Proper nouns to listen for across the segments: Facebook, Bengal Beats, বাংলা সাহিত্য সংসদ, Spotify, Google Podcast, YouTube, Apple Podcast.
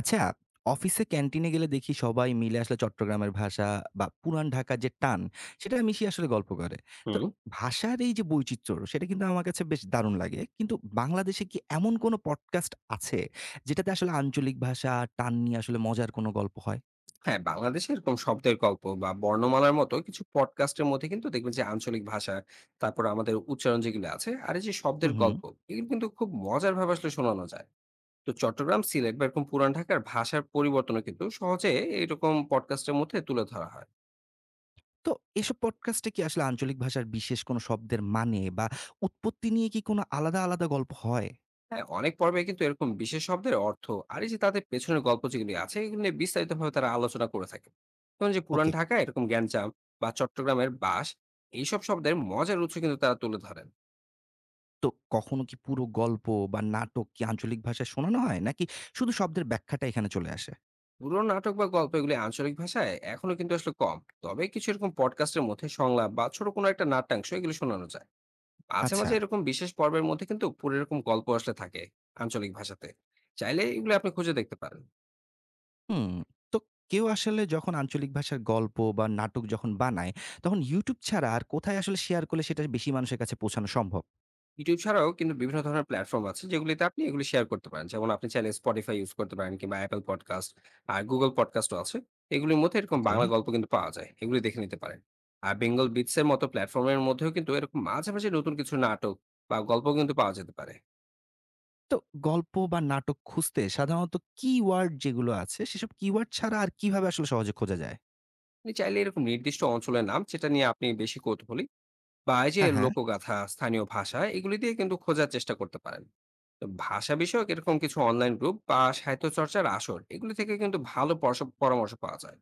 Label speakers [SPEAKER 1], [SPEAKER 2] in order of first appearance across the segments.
[SPEAKER 1] আচ্ছা, অফিসে ক্যান্টিনে গেলে দেখি সবাই মিলে চট্টগ্রামের ভাষা বা পুরান ঢাকার যে টান, সেটা মিশিয়ে গল্প করে। তো
[SPEAKER 2] হুম।
[SPEAKER 1] ভাষার এই যে বৈচিত্র্য, সেটা কিন্তু আমার কাছে বেশ দারুণ লাগে। কিন্তু বাংলাদেশে কি এমন কোনো পডকাস্ট আছে, যেটাতে আঞ্চলিক ভাষা আর টান নিয়ে মজার কোনো গল্প হয়?
[SPEAKER 2] হ্যাঁ, বাংলাদেশে এরকম শব্দের গল্প বা বর্ণমালার মতো কিছু পডকাস্টের মধ্যে কিন্তু দেখবেন যে আঞ্চলিক ভাষা, তারপর আমাদের উচ্চারণ যেগুলো আছে, আর এই যে
[SPEAKER 1] হু,
[SPEAKER 2] শব্দের
[SPEAKER 1] হু।
[SPEAKER 2] গল্প, এগুলো কিন্তু খুব মজার ভাবে আসলে শোনানো যায়। তো চট্টগ্রাম, সিলেট বা এরকম পুরান ঢাকার ভাষার পরিবর্তনও কিন্তু সহজে এরকম পডকাস্টের মধ্যে তুলে ধরা হয়।
[SPEAKER 1] তো এসব পডকাস্টে কি আঞ্চলিক ভাষার বিশেষ কোনো শব্দের মানে বা উৎপত্তি নিয়ে কি কোনো আলাদা গল্প হয়?
[SPEAKER 2] হ্যাঁ, অনেক পর্বে কিন্তু এরকম বিশেষ শব্দের অর্থ আর এই যে তাদের পেছনের গল্প যেগুলি আছে, এগুলো নিয়ে বিস্তারিতভাবে তারা আলোচনা করে থাকে। যেমন যে পুরান
[SPEAKER 1] ওকে।
[SPEAKER 2] ঢাকায় এরকম গ্যাঞ্জাম বা চট্টগ্রামের বাঁশ, এইসব শব্দের মজার উৎস কিন্তু তারা তুলে ধরেন।
[SPEAKER 1] তো কখনো কি পুরো গল্প বা নাটক কি আঞ্চলিক ভাষায় শোনানো হয়? নাকি শুধু শব্দের ব্যাখ্যাটা এখানে চলে আসে?
[SPEAKER 2] পুরোনো নাটক বা গল্প এগুলি আঞ্চলিক ভাষায় এখনো কিন্তু আসলে কম। তবে কিছু এরকম পডকাস্টের মধ্যে সংলাপ বা ছোট কোনো একটা নাট্যাংশ এগুলো শোনানো যায়। মাঝে
[SPEAKER 1] আচ্ছা।
[SPEAKER 2] মাঝে এরকম বিশেষ পর্বের মধ্যে কিন্তু পুরো এরকম গল্প আসলে থাকে আঞ্চলিক ভাষাতে। চাইলে এগুলো আপনি খুঁজে দেখতে পারেন।
[SPEAKER 1] হুম। তো কেউ যখন আঞ্চলিক ভাষার গল্প বা নাটক যখন বানায়, তখন YouTube ছাড়া আর কোথায় শেয়ার করলে সেটা বেশি মানুষের কাছে পৌঁছানো সম্ভব?
[SPEAKER 2] YouTube ছাড়াও কিন্তু বিভিন্ন ধরনের প্ল্যাটফর্ম আছে যেগুলিতে আপনি এগুলি শেয়ার করতে পারেন। যেমন আপনি চাইলে Spotify ইউস করতে পারেন কিংবা Apple Podcast, আর Google Podcast ও আছে। এগুলির মধ্যে এরকম
[SPEAKER 1] ওকে।
[SPEAKER 2] বাংলা গল্প কিন্তু পাওয়া যায়। এগুলি দেখে নিতে পারেন। আর Bengal Beats এর মতো প্ল্যাটফর্মের মধ্যেও কিন্তু এরকম মাঝে মাঝে নতুন কিছু নাটক বা গল্প কিন্তু পাওয়া যেতে পারে।
[SPEAKER 1] তো গল্প বা নাটক খুঁজতে সাধারণত কিওয়ার্ড যেগুলো আছে, সেসব কিওয়ার্ড ছাড়া আর কিভাবে সহজে খোঁজা যায়?
[SPEAKER 2] আপনি চাইলে এরকম নির্দিষ্ট অঞ্চলের নাম যেটা নিয়ে আপনি বেশি কৌতূহলী বা এই যে
[SPEAKER 1] হ্যাঁ, হ্যাঁ।
[SPEAKER 2] লোকগাথা, স্থানীয় ভাষা এগুলি দিয়ে কিন্তু খোঁজার চেষ্টা করতে পারেন। তো ভাষা বিষয়ক এরকম কিছু অনলাইন গ্রুপ বা সাহিত্য চর্চার আসর এগুলি থেকে কিন্তু ভালো পরশ পরামর্শ পাওয়া যায়।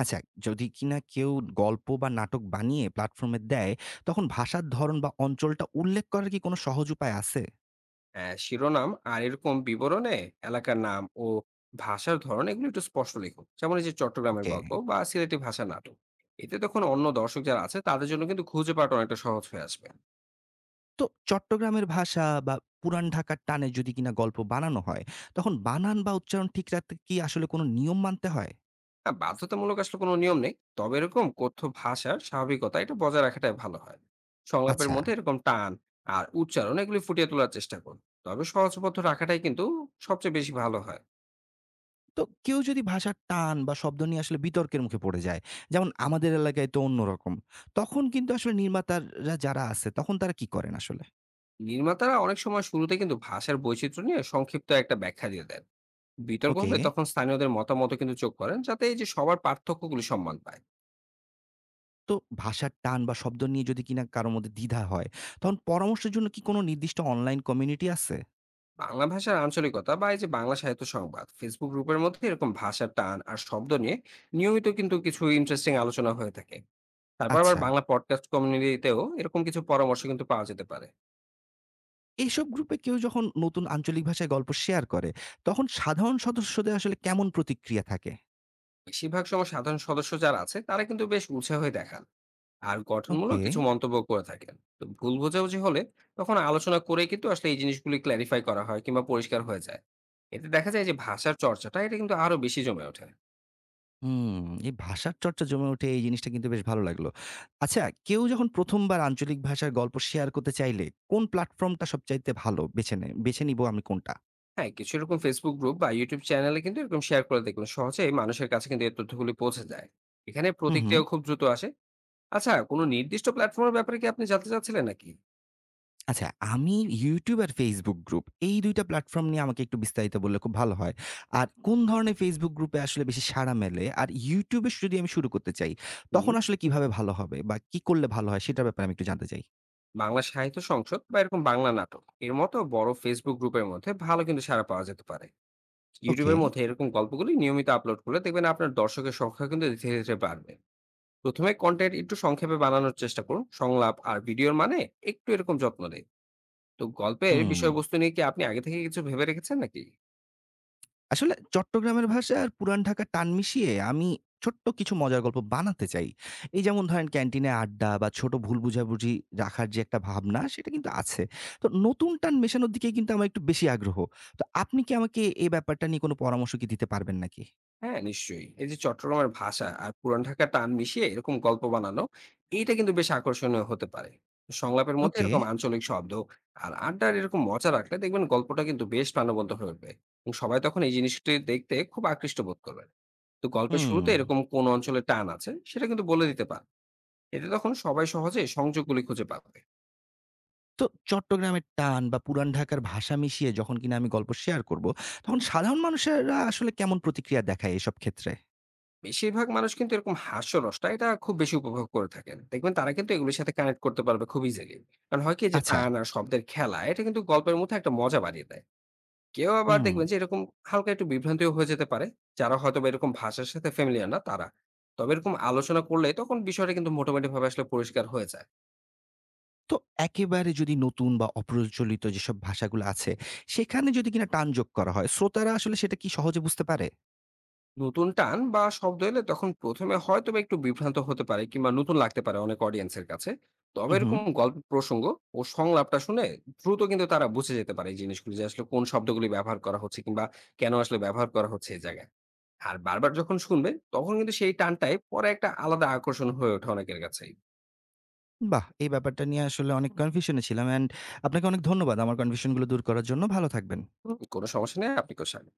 [SPEAKER 1] আচ্ছা, যদি কিনা কেউ গল্প বা নাটক বানিয়ে প্ল্যাটফর্মে দেয়, তখন ভাষার ধরন বা অঞ্চলটা উল্লেখ করার কি কোনো সহজ উপায় আছে?
[SPEAKER 2] হ্যাঁ, শিরোনাম আর এরকম বিবরণে এলাকার নাম ও ভাষার ধরন এগুলো একটু স্পষ্ট লিখুন, যেমন এই যে চট্টগ্রামের
[SPEAKER 1] ওকে।
[SPEAKER 2] গল্প বা সিলেটি ভাষা নাটক। এতে তখন অন্য দর্শক যারা আছে তাদের জন্য কিন্তু খুঁজে পাওয়াটা অনেকটা সহজ হয়ে আসবে।
[SPEAKER 1] তো চট্টগ্রামের ভাষা বা পুরান ঢাকার টানে যদি কিনা গল্প বানানো হয়, তখন বানান বা উচ্চারণ ঠিক রাখতে কি কোনো নিয়ম মানতে হয়?
[SPEAKER 2] হ্যাঁ, বাধ্যতামূলক আসলে কোনো নিয়ম নেই। তবে এরকম কথ্য ভাষার স্বাভাবিকতা এটা বজায় রাখাটাই ভালো হয়। সংলাপের
[SPEAKER 1] আচ্ছা।
[SPEAKER 2] মধ্যে এরকম টান আর উচ্চারণ এগুলি ফুটিয়ে তোলার চেষ্টা করুন। তবে সহজবদ্ধ রাখাটাই কিন্তু সবচেয়ে বেশি ভালো হয়।
[SPEAKER 1] তো কেউ যদি ভাষার টান বা শব্দ নিয়ে বিতর্কের মুখে পড়ে যায়, যেমন আমাদের এলাকায় তো অন্যরকম, তখন কিন্তু নির্মাতারা যারা আছে, তখন তারা কি করেন আসলে?
[SPEAKER 2] নির্মাতারা অনেক সময় শুরুতে কিন্তু ভাষার বৈচিত্র্য নিয়ে সংক্ষিপ্ত একটা ব্যাখ্যা দিয়ে দেন। বিতর্ক
[SPEAKER 1] ওকে।
[SPEAKER 2] হলে তখন স্থানীয়দের মতামত কিন্তু চোখ করেন, যাতে এই যে সবার পার্থক্যগুলি সম্মান পায়।
[SPEAKER 1] তো ভাষার টান বা শব্দ নিয়ে যদি কিনা কারো মধ্যে দ্বিধা হয়, তখন পরামর্শের জন্য কি কোনো নির্দিষ্ট অনলাইন কমিউনিটি আছে?
[SPEAKER 2] বাংলা ভাষার আঞ্চলিকতা বা এই যে বাংলা সাহিত্য সংবাদ ফেসবুক গ্রুপের মধ্যে এরকম ভাষার টান আর শব্দ নিয়ে নিয়মিত কিন্তু কিছু ইন্টারেস্টিং আলোচনা হয়ে থাকে। তারপর আবার
[SPEAKER 1] আচ্ছা।
[SPEAKER 2] বাংলা পডকাস্ট কমিউনিটিতেও এরকম কিছু পরামর্শ কিন্তু পাওয়া যেতে পারে।
[SPEAKER 1] এসব গ্রুপে কেউ যখন নতুন আঞ্চলিক ভাষায় গল্প শেয়ার করে, তখন সাধারণ সদস্যদের কেমন প্রতিক্রিয়া থাকে?
[SPEAKER 2] বেশিরভাগ সময় সাধারণ সদস্য যারা আছে তারা কিন্তু বেশ উৎসাহই দেখান আর গঠনমূলক
[SPEAKER 1] ওকে।
[SPEAKER 2] কিছু মন্তব্য করে থাকেন। তো ভুল বোঝাবুঝি হলে তখন আলোচনা করে কিন্তু আসলে এই জিনিসগুলি ক্লারিফাই করা হয় কিংবা পরিষ্কার হয়ে যায়। এতে দেখা যায় যে ভাষার চর্চাটা এটা কিন্তু আরো বেশি জমে ওঠে।
[SPEAKER 1] হুম, এই ভাষার চর্চা জমে ওঠে এই জিনিসটা কিন্তু বেশ ভালো লাগলো। আচ্ছা, কেউ যখন ১ম বার আঞ্চলিক ভাষার গল্প শেয়ার করতে চাইলে কোন প্ল্যাটফর্মটা সবচাইতে ভালো বেছে নিবো আমি কোনটা?
[SPEAKER 2] হ্যাঁ, কিছু এরকম Facebook গ্রুপ বা YouTube চ্যানেলে কিন্তু এরকম শেয়ার করে দেখবেন সহজেই মানুষের কাছে কিন্তু এই তথ্যগুলি পৌঁছে যায়। এখানে
[SPEAKER 1] হু, হু।
[SPEAKER 2] প্রতিক্রিয়াও খুব দ্রুত আসে। আচ্ছা, কোনো নির্দিষ্ট প্ল্যাটফর্মের ব্যাপারে কি আপনি জানতে চাচ্ছিলেন নাকি?
[SPEAKER 1] আচ্ছা, আমি YouTube আর Facebook গ্রুপ এই ২ টা প্ল্যাটফর্ম নিয়ে আমাকে একটু বিস্তারিত বললে খুব ভালো হয়। আর কোন ধরনের Facebook গ্রুপে বেশি সাড়া মেলে? আর YouTube এ যদি আমি শুরু করতে চাই, তখন
[SPEAKER 2] হুম।
[SPEAKER 1] কিভাবে ভালো হবে বা কি করলে ভালো হয় সেটার ব্যাপারে আমি একটু জানতে চাই।
[SPEAKER 2] বাংলা সাহিত্য সংসদ বা এরকম বাংলা নাটক এর মতো বড় Facebook গ্রুপের মধ্যে ভালো কিন্তু সাড়া পাওয়া যেতে পারে।
[SPEAKER 1] ওকে,
[SPEAKER 2] ইউটিউবের মধ্যে এরকম গল্পগুলি নিয়মিত আপলোড করলে দেখবেন আপনার দর্শকের সংখ্যা কিন্তু ধীরে ধীরে বাড়বে। প্রথমে কন্টেন্ট একটু সংক্ষেপে বানানোর চেষ্টা করুন, সংলাপ আর ভিডিওর মানে একটু এরকম যত্ন নেই। তো গল্পের
[SPEAKER 1] হুম।
[SPEAKER 2] বিষয়বস্তু নিয়ে কি আপনি আগে থেকে কিছু ভেবে রেখেছেন নাকি?
[SPEAKER 1] চট্টগ্রামের ভাষা আর পুরান ঢাকার টান মিশিয়ে আমি ছোট্ট কিছু মজার গল্প বানাতে চাই। এই যেমন ধরেন ক্যান্টিনে আড্ডা বা ছোট ভুল বুঝাবুঝি রাখার যে একটা ভাবনা সেটা কিন্তু আছে। তো নতুন টান মেশানোর দিকে কিন্তু আমার একটু বেশি আগ্রহ। তো আপনি কি আমাকে এই ব্যাপারটা নিয়ে কোনো পরামর্শ কি দিতে পারবেন নাকি?
[SPEAKER 2] হ্যাঁ, নিশ্চয়ই। এই যে চট্টগ্রামের ভাষা আর পুরান ঢাকার টান মিশিয়ে এরকম গল্প বানানো, এইটা কিন্তু বেশ আকর্ষণীয় হতে পারে। সংলাপের মধ্যে
[SPEAKER 1] ওকে।
[SPEAKER 2] এরকম আঞ্চলিক শব্দ আর আড্ডার এরকম মজা রাখলে দেখবেন গল্পটা কিন্তু বেশ প্রাণবন্ত হয়ে উঠবে এবং সবাই তখন এই জিনিসটি দেখতে খুব আকৃষ্ট বোধ করবে। তো গল্পের
[SPEAKER 1] হুম।
[SPEAKER 2] শুরুতে এরকম কোন অঞ্চলে টান আছে সেটা কিন্তু বলে দিতে পারে। এতে তখন সবাই সহজে সংযোগগুলি খুঁজে পাবে।
[SPEAKER 1] তো চট্টগ্রামের টান বা পুরান ঢাকার ভাষা মিশিয়ে যখন কিনা আমি গল্প শেয়ার করব, তখন সাধারণ মানুষেরা কেমন প্রতিক্রিয়া দেখায় এসব ক্ষেত্রে?
[SPEAKER 2] বেশিরভাগ মানুষ কিন্তু এরকম হাস্যরসটা এটা খুব বেশি উপভোগ করে থাকেন। দেখবেন তারা কিন্তু এগুলির সাথে কানেক্ট করতে পারবে খুব ইজিলি। কারণ হয় কি, যে
[SPEAKER 1] আচ্ছা।
[SPEAKER 2] টান আর শব্দের খেলা এটা কিন্তু গল্পের মধ্যে একটা মজা বাড়িয়ে দেয়। কেউ আবার
[SPEAKER 1] হুম।
[SPEAKER 2] দেখবেন যে এরকম হালকা একটু বিভ্রান্তিও হয়ে যেতে পারে, যারা হয়তো বা এরকম ভাষার সাথে ফ্যামিলিয়ার না তারা। তবে এরকম আলোচনা করলে তখন বিষয়টা কিন্তু মোটামুটি ভাবে আসলে পরিষ্কার হয়ে যায়।
[SPEAKER 1] তো একেবারে যদি নতুন বা অপ্রচলিত যেসব ভাষাগুলো আছে, সেখানে যদি কিনা টান যোগ করা হয়, শ্রোতারা সেটা কি সহজে বুঝতে পারে?
[SPEAKER 2] নতুন টান বা শব্দ এলে তখন প্রথমে হয়তো বা একটু বিভ্রান্ত হতে পারে কিংবা নতুন লাগতে পারে অনেক অডিয়েন্সের কাছে।
[SPEAKER 1] হু,
[SPEAKER 2] তবে
[SPEAKER 1] হু।
[SPEAKER 2] এরকম গল্প প্রসঙ্গ ও সংলাপটা শুনে দ্রুত কিন্তু তারা বুঝে যেতে পারে এই জিনিসগুলো, যে আসলে কোন শব্দগুলি ব্যবহার করা হচ্ছে কিংবা কেন আসলে ব্যবহার করা হচ্ছে এই জায়গায়। আর বারবার যখন শুনবে তখন কিন্তু সেই টানটাই পরে একটা আলাদা আকর্ষণ হয়ে ওঠে অনেকের কাছেই।
[SPEAKER 1] বাহ! এই ব্যাপারটা নিয়ে অনেক কনফিউশনে ছিলাম। অ্যান্ড আপনাকে অনেক ধন্যবাদ আমার কনফিউশন গুলো দূর করার জন্য। ভালো থাকবেন।
[SPEAKER 2] হুম, কোনো সমস্যা নেই। আপনি কোথায়